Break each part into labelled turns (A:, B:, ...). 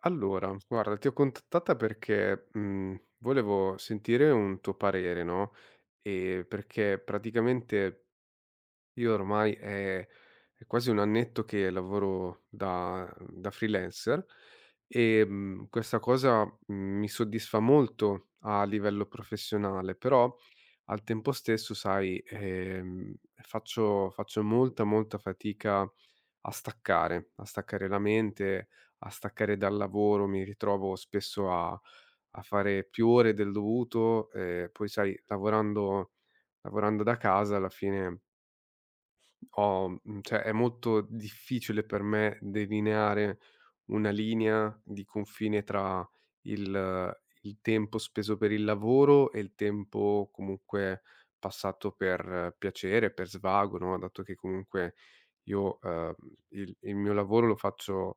A: Allora, guarda, ti ho contattata perché, volevo sentire un tuo parere, no, perché praticamente io ormai è quasi un annetto che lavoro da freelancer, questa cosa, mi soddisfa molto a livello professionale, però al tempo stesso, sai, faccio molta, molta fatica a staccare la mente, a staccare dal lavoro. Mi ritrovo spesso a fare più ore del dovuto, poi sai lavorando da casa alla fine ho cioè è molto difficile per me delineare una linea di confine tra il il tempo speso per il lavoro e il tempo comunque passato per piacere, per svago, no, dato che comunque io, il mio lavoro lo faccio,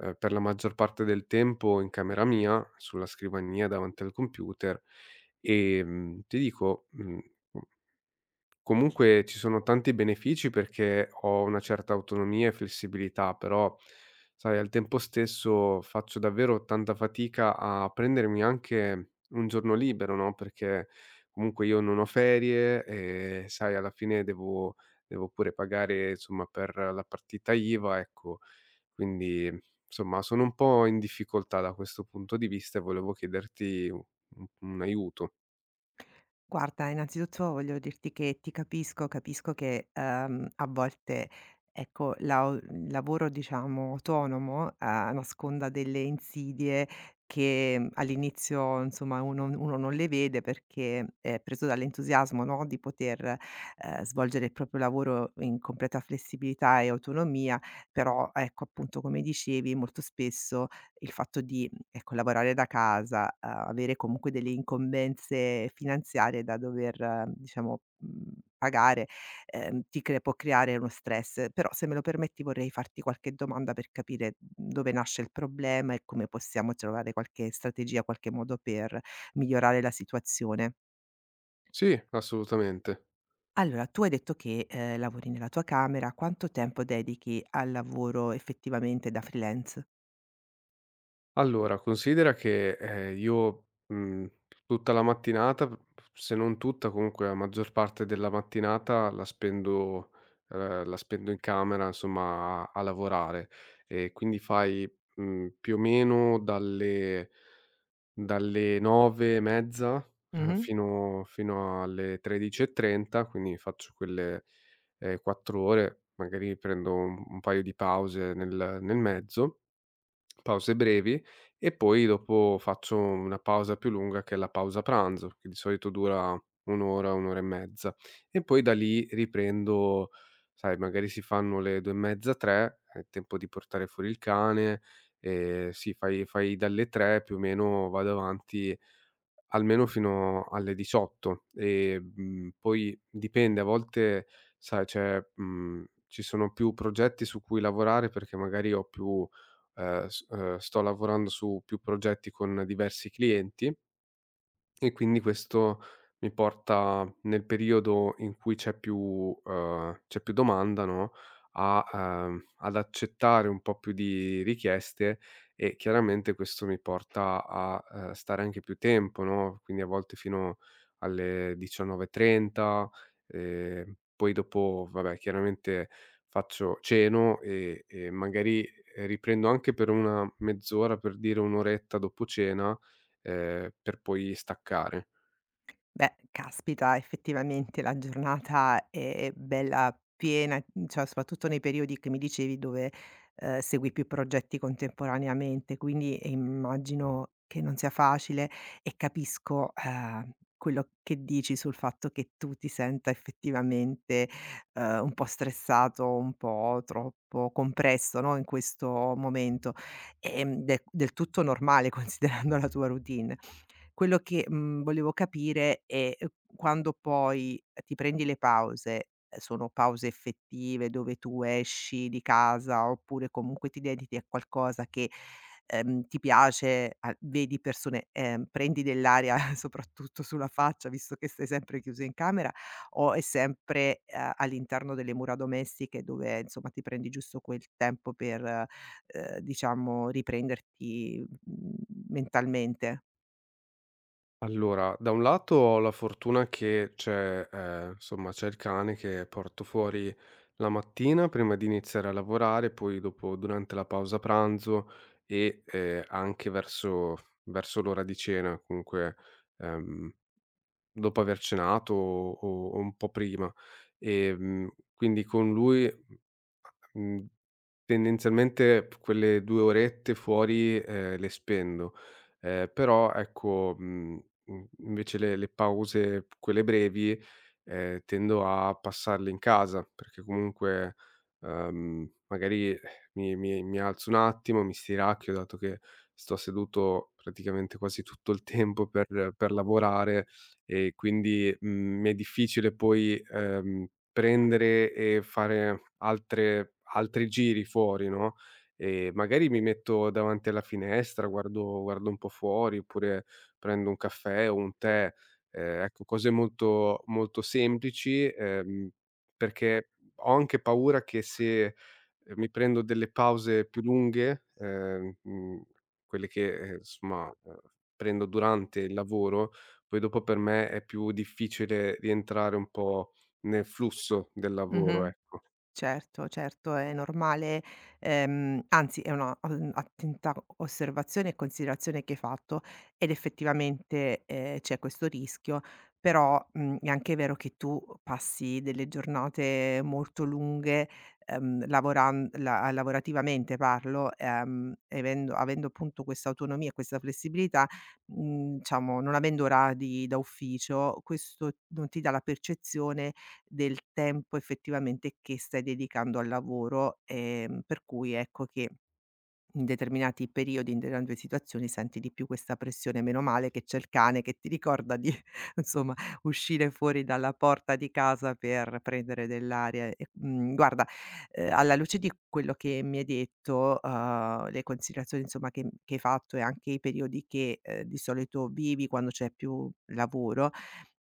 A: per la maggior parte del tempo in camera mia, sulla scrivania davanti al computer. Ti dico, mhmm comunque ci sono tanti benefici perché ho una certa autonomia e flessibilità, però sai al tempo stesso faccio davvero tanta fatica a prendermi anche un giorno libero, no, perché comunque io non ho ferie e sai alla fine devo pure pagare insomma per la partita IVA, ecco. Quindi insomma sono un po' in difficoltà da questo punto di vista e volevo chiederti u un aiuto.
B: Guarda, innanzitutto voglio dirti che ti capisco, capisco che, a volte, ecco, la o il lavoro, diciamo, autonomo, nasconda delle insidie che all'inizio, insomma, uno non le vede perché è preso dall'entusiasmo, no, di poter, svolgere il proprio lavoro in completa flessibilità e autonomia, però, ecco, appunto, come dicevi, molto spesso il fatto di Ecco, lavorare da casa, avere comunque delle incombenze finanziarie da dover, diciamo, pagare, ti cre può creare uno stress. Però se me lo permetti vorrei farti qualche domanda per capire dove nasce il problema e come possiamo trovare qualche strategia, qualche modo per migliorare la situazione.
A: Sì, assolutamente.
B: Allora, tu hai detto che, lavori nella tua camera, quanto tempo dedichi al lavoro effettivamente da freelance?
A: Allora, considera che, io, tutta la mattinata, p se non tutta, comunque la maggior parte della mattinata la spendo in camera, insomma, a lavorare. E quindi fai, più o meno dalle 9 e mezza
B: Mh-mh.
A: fino alle 13:30, quindi faccio quelle, 4 ore, magari prendo un paio di pause nel mezzo. Pause brevi e poi dopo faccio una pausa più lunga che è la pausa pranzo, che di solito dura 1 ora, 1 ora e mezza e poi da lì riprendo, sai magari si fanno le 2 e mezza, 3, è tempo di portare fuori il cane, sì fai dalle 3 più o meno vado avanti almeno fino alle 18 e, poi dipende, a volte sai ci sono più progetti su cui lavorare perché magari ho più s sto lavorando su più progetti con diversi clienti e quindi questo mi porta nel periodo in cui c'è più domanda, no, a ad accettare un po' più di richieste e chiaramente questo mi porta a, stare anche più tempo, no, quindi a volte fino alle 19:30, poi dopo vabbè chiaramente faccio ceno e magari riprendo anche per una mezz'ora, per dire 1 oretta dopo cena, per poi staccare.
B: Beh, caspita, effettivamente la giornata è bella piena, cioè soprattutto nei periodi che mi dicevi dove, segui più progetti contemporaneamente, quindi immagino che non sia facile e capisco, quello che dici sul fatto che tu ti senta effettivamente, un po' stressato, un po' troppo compresso, no, in questo momento. Ed è del tutto normale considerando la tua routine. Quello che, volevo capire è, quando poi ti prendi le pause, sono pause effettive dove tu esci di casa oppure comunque ti dedichi a qualcosa che, ti piace, a vedi persone, prendi dell'aria soprattutto sulla faccia visto che stai sempre chiuso in camera o è sempre, all'interno delle mura domestiche dove insomma ti prendi giusto quel tempo per, diciamo riprenderti, mentalmente?
A: Allora, da un lato ho la fortuna che c'è insomma, c'è il cane che porto fuori la mattina prima di iniziare a lavorare, poi dopo durante la pausa pranzo e, anche verso l'ora di cena, comunque, ehm, dopo aver cenato o un po' prima. Quindi con lui, Mhmm, tendenzialmente p quelle 2 orette fuori, le spendo, però ecco, invece le pause, p quelle brevi, tendo a passarle in casa, perché comunque, magari mi alzo un attimo, mi stiracchio, dato che sto seduto praticamente quasi tutto il tempo per lavorare e quindi, mi è difficile poi, prendere e fare altre altri giri fuori, no, magari mi metto davanti alla finestra, guardo un po' fuori, oppure prendo un caffè o un tè, ecco cose molto molto semplici, perché ho anche paura che se, mi prendo delle pause più lunghe, quelle che, insomma, prendo durante il lavoro, poi dopo per me è più difficile rientrare un po' nel flusso del lavoro,
B: Mh-mh.
A: ecco.
B: Certo, certo, è normale, anzi è una, attenta osservazione e considerazione che hai fatto ed effettivamente, c'è questo rischio, però, è anche vero che tu passi delle giornate molto lunghe, lavoran la lavorativamente parlo, evendo avendo appunto questa autonomia e questa flessibilità, diciamo non avendo orari da ufficio, questo non ti dà la percezione del tempo effettivamente che stai dedicando al lavoro, per cui ecco che in determinati periodi, in determinate situazioni senti di più questa pressione. Meno male che c'è il cane che ti ricorda di, insomma, uscire fuori dalla porta di casa per prendere dell'aria. E, guarda, alla luce di quello che mi hai detto, le considerazioni insomma che hai fatto e anche i periodi che, di solito vivi quando c'è più lavoro,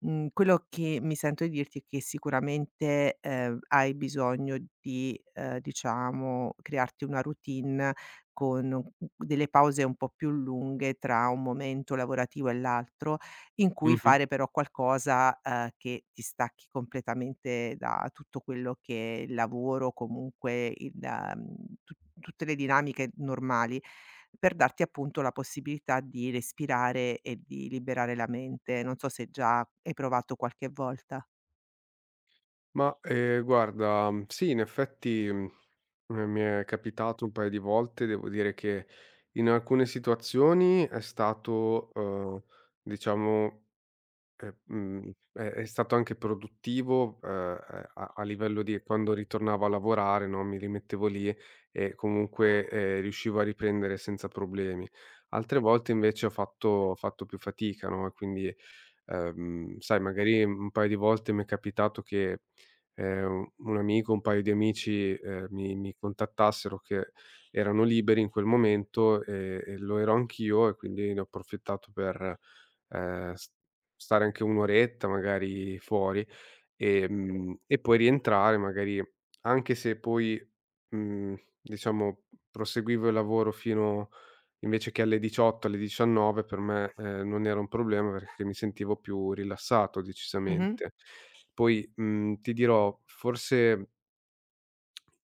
B: quello che mi sento di dirti è che sicuramente, hai bisogno di, diciamo crearti una routine con u delle pause un po' più lunghe tra un momento lavorativo e l'altro, in cui
A: Mh-mh.
B: fare però qualcosa, che ti stacchi completamente da tutto quello che è il lavoro, comunque il tu tutte le dinamiche normali, per darti appunto la possibilità di respirare e di liberare la mente. Non so se già hai provato qualche volta.
A: Ma, guarda, sì, in effetti, mi è capitato un paio di volte, devo dire che in alcune situazioni è stato, diciamo, è stato anche produttivo, a livello di quando ritornavo a lavorare, no, mi rimettevo lì e comunque, riuscivo a riprendere senza problemi. Altre volte invece ho fatto più fatica, no, e quindi, sai magari un paio di volte mi è capitato che, un amico, un paio di amici, mi contattassero che erano liberi in quel momento e lo ero anch'io e quindi ne ho approfittato per, s stare anche 1 oretta magari fuori. Sì, e poi rientrare magari, anche se poi, mhmm, diciamo proseguivo il lavoro fino, invece che alle 18, alle 19 per me, non era un problema perché mi sentivo più rilassato
B: Mh-mh.
A: decisamente. Poi, ti dirò, forse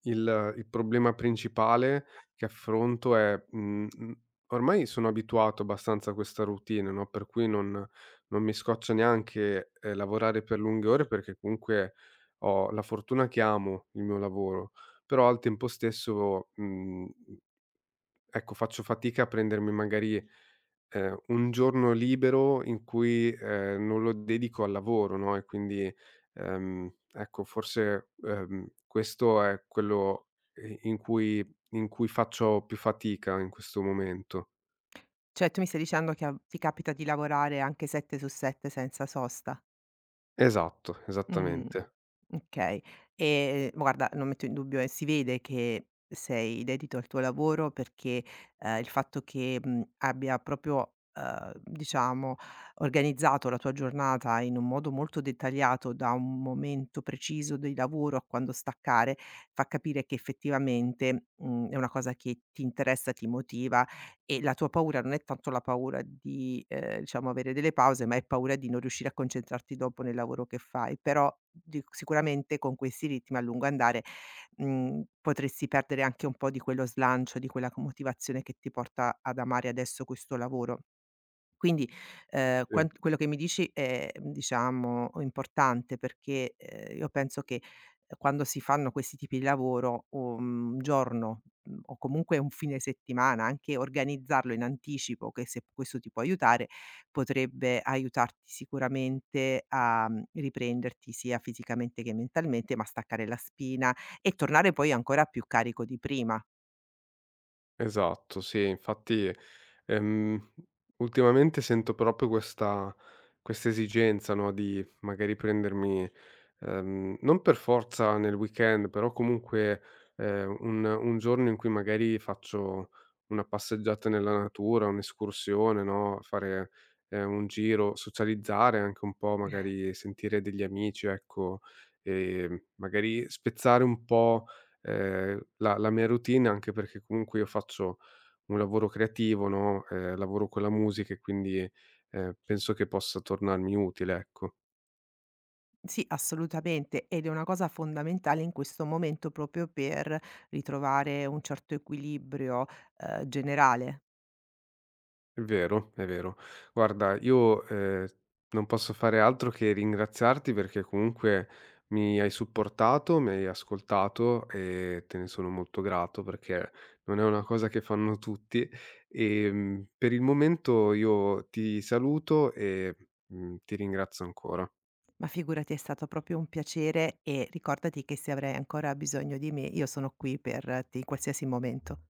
A: il problema principale che affronto è, ormai sono abituato abbastanza a questa routine, no, per cui non mi scoccia neanche, lavorare per lunghe ore perché comunque ho la fortuna che amo il mio lavoro, però al tempo stesso, mhmm ecco, faccio fatica a prendermi magari, un giorno libero in cui, non lo dedico al lavoro, no, e quindi, ecco forse, questo è quello i in cui faccio più fatica in questo momento.
B: Cioè tu mi stai dicendo che a ti capita di lavorare anche 7 su 7 senza sosta?
A: Esatto,
B: Mh,
A: esattamente.
B: okay. Guarda, non metto in dubbio e si vede che sei dedito al tuo lavoro perché, il fatto che, abbia proprio, diciamo, organizzato la tua giornata in un modo molto dettagliato da un momento preciso di lavoro a quando staccare, fa capire che effettivamente, è una cosa che ti interessa, ti motiva e la tua paura non è tanto la paura di, diciamo avere delle pause, ma è paura di non riuscire a concentrarti dopo nel lavoro che fai. Però di sicuramente con questi ritmi a lungo andare, potresti perdere anche un po' di quello slancio, di quella c motivazione che ti porta ad amare adesso questo lavoro. Quindi,
A: Sì,
B: quan quello che mi dici è, diciamo importante perché, io penso che, quando si fanno questi tipi di lavoro, un giorno, o comunque un fine settimana, anche organizzarlo in anticipo, che se questo ti può aiutare, potrebbe aiutarti sicuramente a, riprenderti sia fisicamente che mentalmente, ma staccare la spina e tornare poi ancora più carico di prima.
A: esatto, sì, infatti, ehm, ultimamente sento proprio questa esigenza, no, di magari prendermi. Non per forza nel weekend, però comunque, un giorno in cui magari faccio una passeggiata nella natura, un'escursione, no, fare, un giro, socializzare anche un po', magari sentire degli amici, ecco, magari spezzare un po', la mia routine, anche perché comunque io faccio un lavoro creativo, no, lavoro con la musica e quindi, penso che possa tornarmi utile, ecco.
B: Sì, assolutamente, ed è una cosa fondamentale in questo momento proprio per ritrovare un certo equilibrio, generale.
A: È vero, è vero. Guarda, io, non posso fare altro che ringraziarti perché comunque mi hai supportato, mi hai ascoltato e te ne sono molto grato perché non è una cosa che fanno tutti. Per il momento io ti saluto e, ti ringrazio ancora.
B: Ma figurati, è stato proprio un piacere e ricordati che se avrai ancora bisogno di me, io sono qui per te in qualsiasi momento.